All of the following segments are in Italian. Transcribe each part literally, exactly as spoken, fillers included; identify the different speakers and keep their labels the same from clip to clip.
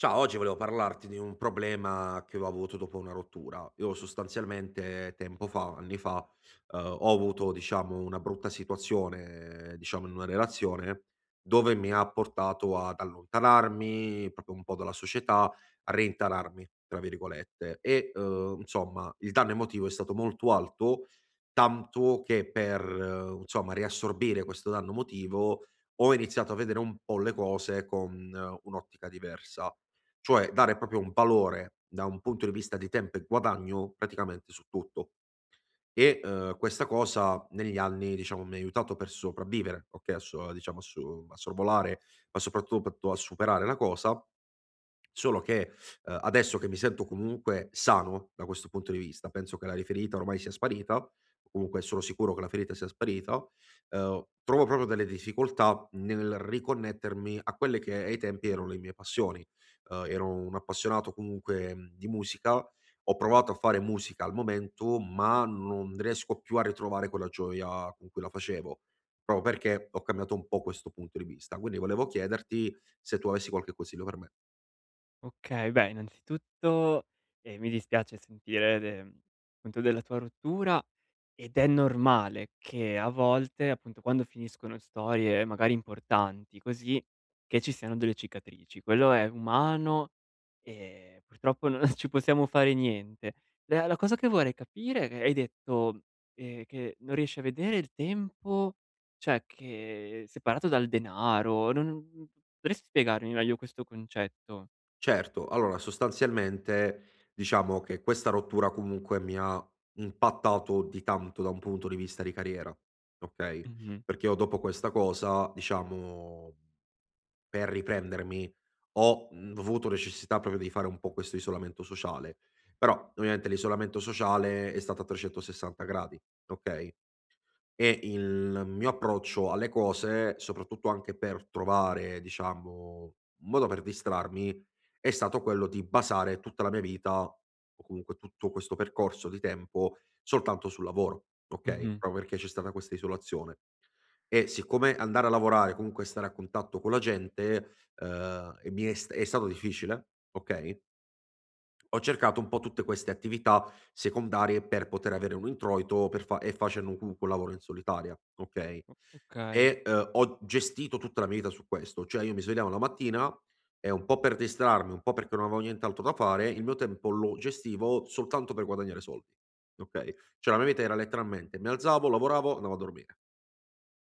Speaker 1: Ciao, oggi volevo parlarti di un problema che ho avuto dopo una rottura. Io sostanzialmente tempo fa, anni fa, eh, ho avuto, diciamo, una brutta situazione, eh, diciamo, in una relazione dove mi ha portato ad allontanarmi proprio un po' dalla società, a rintanarmi, tra virgolette. E, eh, insomma, il danno emotivo è stato molto alto, tanto che per, eh, insomma, riassorbire questo danno emotivo ho iniziato a vedere un po' le cose con eh, un'ottica diversa, cioè dare proprio un valore da un punto di vista di tempo e guadagno praticamente su tutto. E, uhm, questa cosa negli anni, diciamo, mi ha aiutato per sopravvivere, okay, a so diciamo a so a sorvolare, ma soprattutto a superare la cosa. Solo che, uhm, adesso che mi sento comunque sano da questo punto di vista, penso che la ri ferita ormai sia sparita, comunque sono sicuro che la ferita sia sparita. Uhm, trovo proprio delle difficoltà nel riconnettermi a quelle che ai tempi erano le mie passioni. Uhm, ero un appassionato comunque, mhmm, di musica, ho provato a fare musica al momento, ma non riesco più a ritrovare quella gioia con cui la facevo, proprio perché ho cambiato un po' questo punto di vista. Quindi volevo chiederti se tu avessi qualche consiglio per me.
Speaker 2: Okay, beh innanzitutto, ehm, mi dispiace sentire de appunto della tua rottura ed è normale che a volte, appunto, quando finiscono storie magari importanti così, che ci siano delle cicatrici. Quello è umano e purtroppo non ci possiamo fare niente. La la cosa che vorrei capire è che hai detto, ehm, che non riesci a vedere il tempo, cioè che è separato dal denaro, non potresti spiegarmi meglio questo concetto?
Speaker 1: Certo, allora sostanzialmente diciamo che questa rottura comunque mi ha impattato di tanto da un punto di vista di carriera, okay,
Speaker 2: Mh-mh.
Speaker 1: perché io dopo questa cosa diciamo per riprendermi ho, mhmm, avuto necessità proprio di fare un po' questo isolamento sociale, però ovviamente l'isolamento sociale è stato a trecentosessanta gradi, okay? E il mio approccio alle cose, soprattutto anche per trovare, diciamo, un modo per distrarmi, è stato quello di basare tutta la mia vita, o comunque tutto questo percorso di tempo, soltanto sul lavoro, okay,
Speaker 2: Mh-mh.
Speaker 1: proprio perché c'è stata questa isolazione. E siccome andare a lavorare, comunque stare a contatto con la gente, uhm, e mi è st è stato difficile, okay? Ho cercato un po' tutte queste attività secondarie per poter avere un introito per fa e facendo un comunque un lavoro in solitaria, okay,
Speaker 2: Okay.
Speaker 1: e, uhm, ho gestito tutta la mia vita su questo, cioè io mi svegliavo la mattina e un po' per distrarmi, un po' perché non avevo nient'altro da fare, il mio tempo lo gestivo soltanto per guadagnare soldi, okay, cioè la mia vita era letteralmente mi alzavo, lavoravo, andavo a dormire.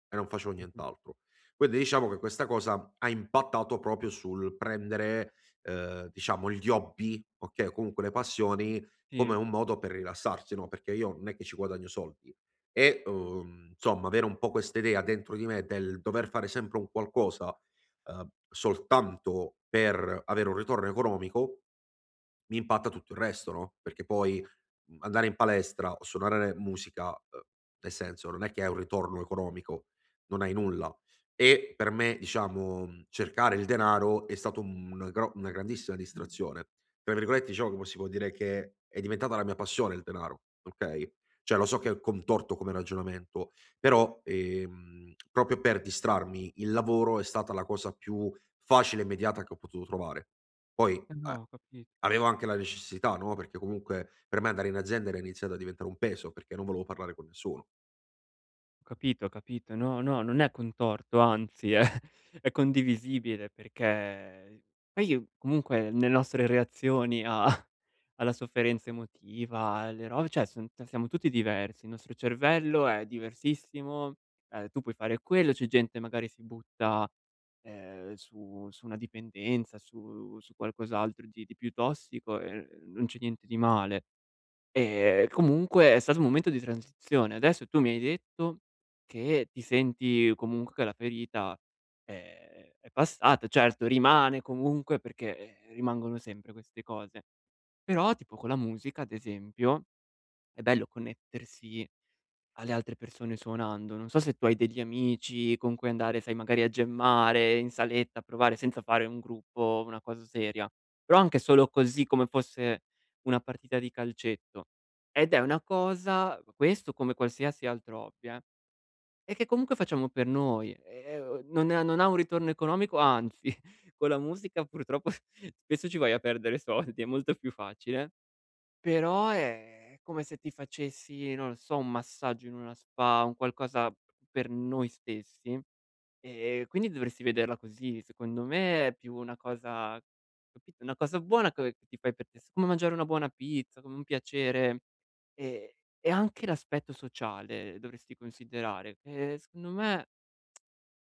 Speaker 1: E non facevo
Speaker 2: Mh-mh.
Speaker 1: nient'altro. Quindi diciamo che questa cosa ha impattato proprio sul prendere, ehm, diciamo gli hobby, okay, o comunque le passioni come
Speaker 2: Sì.
Speaker 1: un modo per rilassarsi, no, perché io non è che ci guadagno soldi e, uhm, insomma avere un po' questa idea dentro di me del dover fare sempre un qualcosa, ehm, soltanto per avere un ritorno economico mi impatta tutto il resto, no, perché poi, mhmm, andare in palestra o suonare musica, ehm, nel senso non è che è un ritorno economico, non hai nulla. E per me, diciamo, mhmm, cercare il denaro è stato un gro una grandissima distrazione. Tra virgolette, diciamo che po si può dire che è diventata la mia passione il denaro, okay? Cioè lo so che è contorto come ragionamento, però, ehm, proprio per distrarmi, il lavoro è stata la cosa più facile e immediata che ho potuto trovare. Poi,
Speaker 2: Eh
Speaker 1: ehm,
Speaker 2: no, ho capito,
Speaker 1: avevo anche la necessità, no, perché comunque per me andare in azienda era iniziato a diventare un peso, perché non volevo parlare con nessuno.
Speaker 2: ho capito, ho capito. No, no, non è contorto, anzi è è condivisibile perché poi comunque le nostre reazioni a alla sofferenza emotiva, alle robe cioè son t siamo tutti diversi, il nostro cervello è diversissimo, ehm, tu puoi fare quello, c'è gente magari si butta, ehm, su su una dipendenza, su su qualcos'altro di di più tossico e non c'è niente di male. Ehm, comunque è stato un momento di transizione. Adesso tu mi hai detto che ti senti comunque che la ferita è è passata. Certo, rimane comunque perché, ehm, rimangono sempre queste cose. Però tipo con la musica, ad esempio, è bello connettersi alle altre persone suonando. Non so se tu hai degli amici con cui andare, sai, magari a gemmare in saletta, a provare senza fare un gruppo, una cosa seria, però anche solo così come fosse una partita di calcetto. Ed è una cosa questo come qualsiasi altro hobby, eh, e che comunque facciamo per noi, ehm, non ha non ha un ritorno economico, anzi con la musica purtroppo spesso ci vai a perdere soldi, è molto più facile però è come se ti facessi, non lo so, un massaggio in una spa, un qualcosa per noi stessi, e quindi dovresti vederla così. Secondo me è più una cosa capito, una cosa buona che che ti fai per te s come mangiare una buona pizza, come un piacere, ehm, e anche l'aspetto sociale dovresti considerare, che secondo me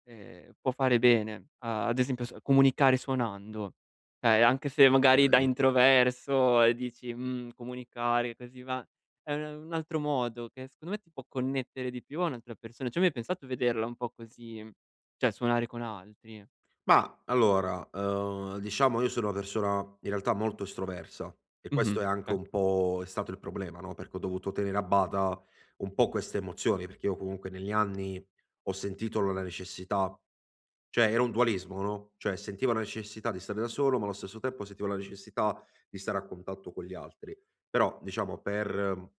Speaker 2: ehm, può fare bene. A Ad esempio s comunicare suonando, cioè anche se magari da
Speaker 1: Okay.
Speaker 2: introverso e dici: "Mhmm, comunicare così va" è un un altro modo che secondo me ti può connettere di più a un'altra persona. Ci hai mai pensato vederla un po' così, cioè suonare con altri?
Speaker 1: Mah, allora, uhm, diciamo io sono una persona in realtà molto estroversa e
Speaker 2: Mh-mh,
Speaker 1: questo è anche
Speaker 2: okay.
Speaker 1: un po' è stato il problema, no, perché ho dovuto tenere a bada un po' queste emozioni, perché io comunque negli anni ho sentito l la necessità, cioè era un dualismo, no, cioè sentivo la necessità di stare da solo, ma allo stesso tempo sentivo la necessità di stare a contatto con gli altri. Però diciamo per eh,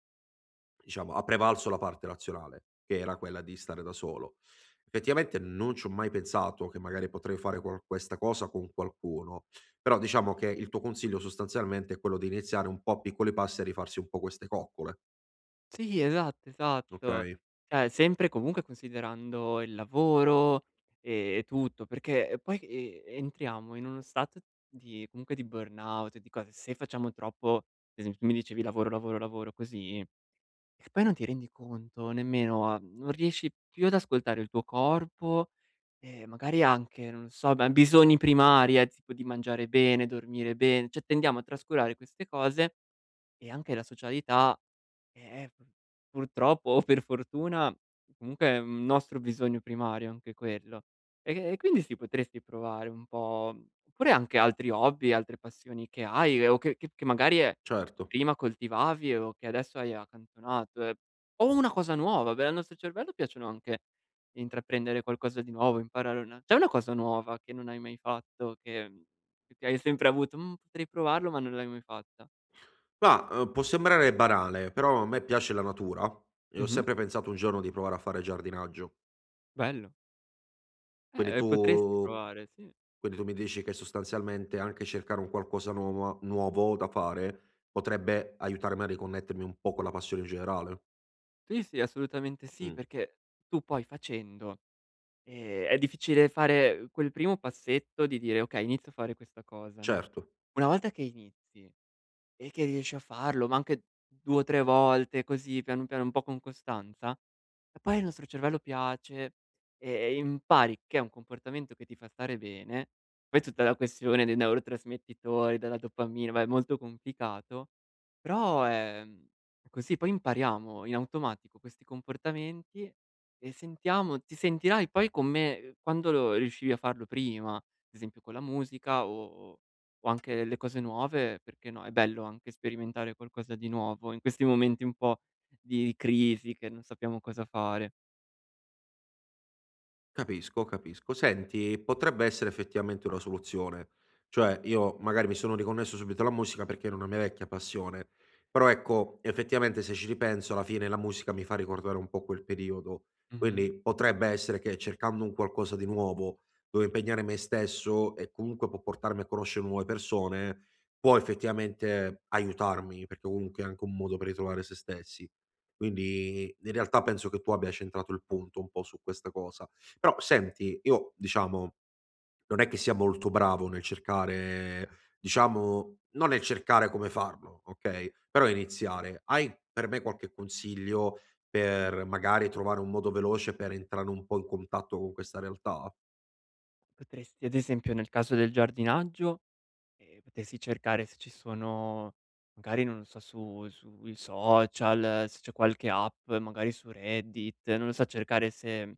Speaker 1: diciamo ha prevalso la parte razionale, che era quella di stare da solo. Effettivamente non ci ho mai pensato che magari potrei fare qual questa cosa con qualcuno, però diciamo che il tuo consiglio sostanzialmente è quello di iniziare un po' a piccoli passi e rifarsi un po' queste coccole,
Speaker 2: Sì, esatto, esatto.
Speaker 1: okay?
Speaker 2: Cioè, sempre comunque considerando il lavoro e e tutto, perché eh, poi, ehm, entriamo in uno stato di comunque di burnout, e di cose se facciamo troppo ad esempio tu mi dicevi: "Lavoro, lavoro, lavoro", così, e poi non ti rendi conto nemmeno a non riesci più ad ascoltare il tuo corpo e magari anche, non so, ma bisogni primari, eh, tipo di mangiare bene, dormire bene, cioè tendiamo a trascurare queste cose e anche la socialità è è pur purtroppo o per fortuna, comunque è un nostro bisogno primario anche quello. E e quindi sì, potresti provare un po' oppure anche altri hobby, altre passioni che hai o che che che magari, ehm,
Speaker 1: Certo.
Speaker 2: prima coltivavi o che adesso hai accantonato, ehm, o una cosa nuova, beh, al nostro cervello piacciono anche intraprendere qualcosa di nuovo, imparare una c'è una cosa nuova che non hai mai fatto che, mhmm, che hai sempre avuto: "Mhmm, potrei provarlo", ma non l'hai mai fatta?
Speaker 1: Ma, uhm, può sembrare banale, però a me piace la natura e ho
Speaker 2: Mh-mh.
Speaker 1: sempre pensato un giorno di provare a fare giardinaggio.
Speaker 2: Bello.
Speaker 1: Quindi
Speaker 2: Eh, potresti
Speaker 1: tu
Speaker 2: provare, sì.
Speaker 1: quindi tu mi dici che sostanzialmente anche cercare un qualcosa nuova nuovo da fare potrebbe aiutarmi a riconnettermi un po' con la passione in generale.
Speaker 2: Sì, sì, assolutamente sì,
Speaker 1: Mh,
Speaker 2: perché tu poi facendo, ehm, è difficile fare quel primo passetto di dire: "Okay, inizio a fare questa cosa", no,
Speaker 1: certo.
Speaker 2: una volta che inizi e che riesci a farlo, ma anche due o tre volte così, piano piano, un po' con costanza, e poi il nostro cervello piace, e impari che è un comportamento che ti fa stare bene. Poi tutta la questione dei neurotrasmettitori, della dopamina, va è molto complicato, però è è così. Poi impariamo in automatico questi comportamenti e sentiamo ti sentirai poi come quando lo riuscivi a farlo prima, ad esempio con la musica o o anche le cose nuove, perché no, è bello anche sperimentare qualcosa di nuovo in questi momenti un po' di crisi che non sappiamo cosa fare.
Speaker 1: Capisco, capisco. Senti, potrebbe essere effettivamente una soluzione. Cioè, io magari mi sono riconnesso subito alla musica perché era una mia vecchia passione, però ecco, effettivamente se ci ripenso, alla fine la musica mi fa ricordare un po' quel periodo.
Speaker 2: Mh-mh.
Speaker 1: Quindi potrebbe essere che cercando un qualcosa di nuovo, dove impegnare me stesso e comunque può portarmi a conoscere nuove persone, può effettivamente aiutarmi, perché comunque è anche un modo per ritrovare se stessi. Quindi in realtà penso che tu abbia centrato il punto un po' su questa cosa, però senti, io diciamo, non è che sia molto bravo nel cercare, diciamo non nel cercare come farlo, okay, però iniziare. Hai per me qualche consiglio per magari trovare un modo veloce per entrare un po' in contatto con questa realtà?
Speaker 2: Potresti ad esempio nel caso del giardinaggio, ehm, potresti cercare se ci sono magari non lo so su sui social, se c'è qualche app, magari su Reddit, non lo so cercare se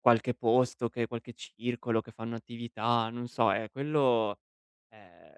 Speaker 2: qualche posto che qualche circolo, che fanno attività, non so, eh, quello, ehm,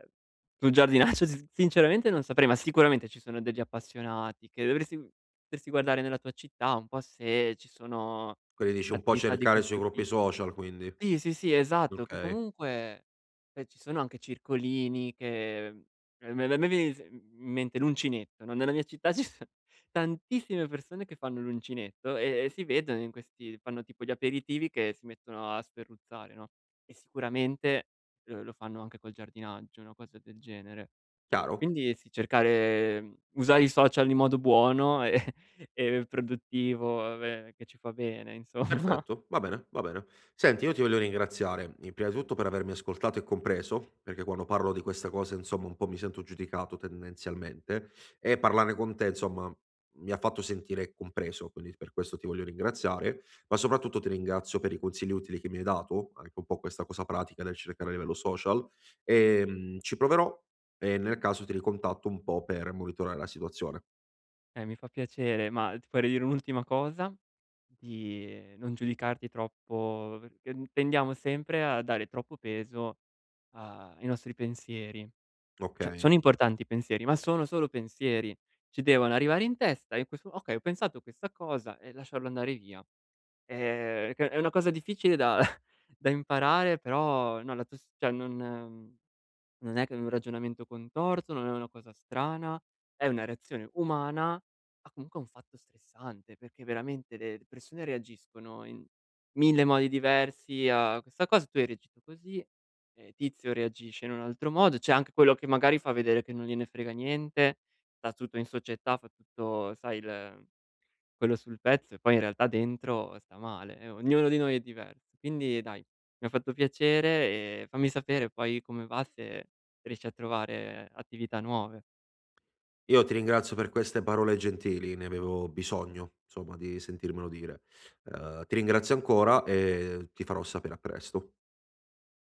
Speaker 2: sul giardinaggio si sinceramente non saprei, ma sicuramente ci sono degli appassionati che dovresti potresti guardare nella tua città un po' se ci sono
Speaker 1: Quindi dici un po'
Speaker 2: attività di
Speaker 1: cercare sui
Speaker 2: questo
Speaker 1: gruppi
Speaker 2: ti
Speaker 1: social quindi.
Speaker 2: sì, sì, sì, esatto, che
Speaker 1: Okay,
Speaker 2: comunque eh, ci sono anche circolini che ehm, me me me viene s mm, in mente l'uncinetto, no, nella mia città ci so tantissime persone che fanno l'uncinetto e e si vedono in questi fanno tipo gli aperitivi che si mettono a sferruzzare, no, e sicuramente, uhm, lo fanno anche col giardinaggio, una cosa del genere.
Speaker 1: chiaro.
Speaker 2: Quindi sì, cercare mhmm, usare i social in modo buono e e produttivo, ehm, che ci fa bene insomma.
Speaker 1: Perfetto, va bene, va bene. Senti, io ti voglio ringraziare, in prima di tutto per avermi ascoltato e compreso, perché quando parlo di questa cosa, insomma, un po' mi sento giudicato tendenzialmente, e parlarne con te, insomma, mi ha fatto sentire compreso, quindi per questo ti voglio ringraziare, ma soprattutto ti ringrazio per i consigli utili che mi hai dato, anche un po' questa cosa pratica del cercare a livello social, e mm, ci proverò e nel caso ti ricontatto un po' per monitorare la situazione,
Speaker 2: Eh, mi fa piacere, ma ti vorrei dire un'ultima cosa, di non giudicarti troppo, perché tendiamo sempre a dare troppo peso a ai nostri pensieri.
Speaker 1: ok?
Speaker 2: Cioè, sono importanti i pensieri, ma sono solo pensieri. Ci devono arrivare in testa e in questo okay, ho pensato questa cosa e lasciarlo andare via. Ehm, che è una cosa difficile da da imparare, però no, la tus cioè non ehm, non è che è un ragionamento contorto, non è una cosa strana, è una reazione umana a comunque un fatto stressante, perché veramente le le persone reagiscono in mille modi diversi a questa cosa, tu hai reagito così, ehm, tizio reagisce in un altro modo, c'è anche quello che magari fa vedere che non gliene frega niente, sta tutto in società, fa tutto sai il quello sul pezzo e poi in realtà dentro sta male, e ognuno di noi è diverso. Quindi dai, mi ha fatto piacere e fammi sapere poi come va, se riesci a trovare attività nuove.
Speaker 1: Io ti ringrazio per queste parole gentili, ne avevo bisogno, insomma, di sentirmelo dire. Ehm, ti ringrazio ancora e ti farò sapere a presto.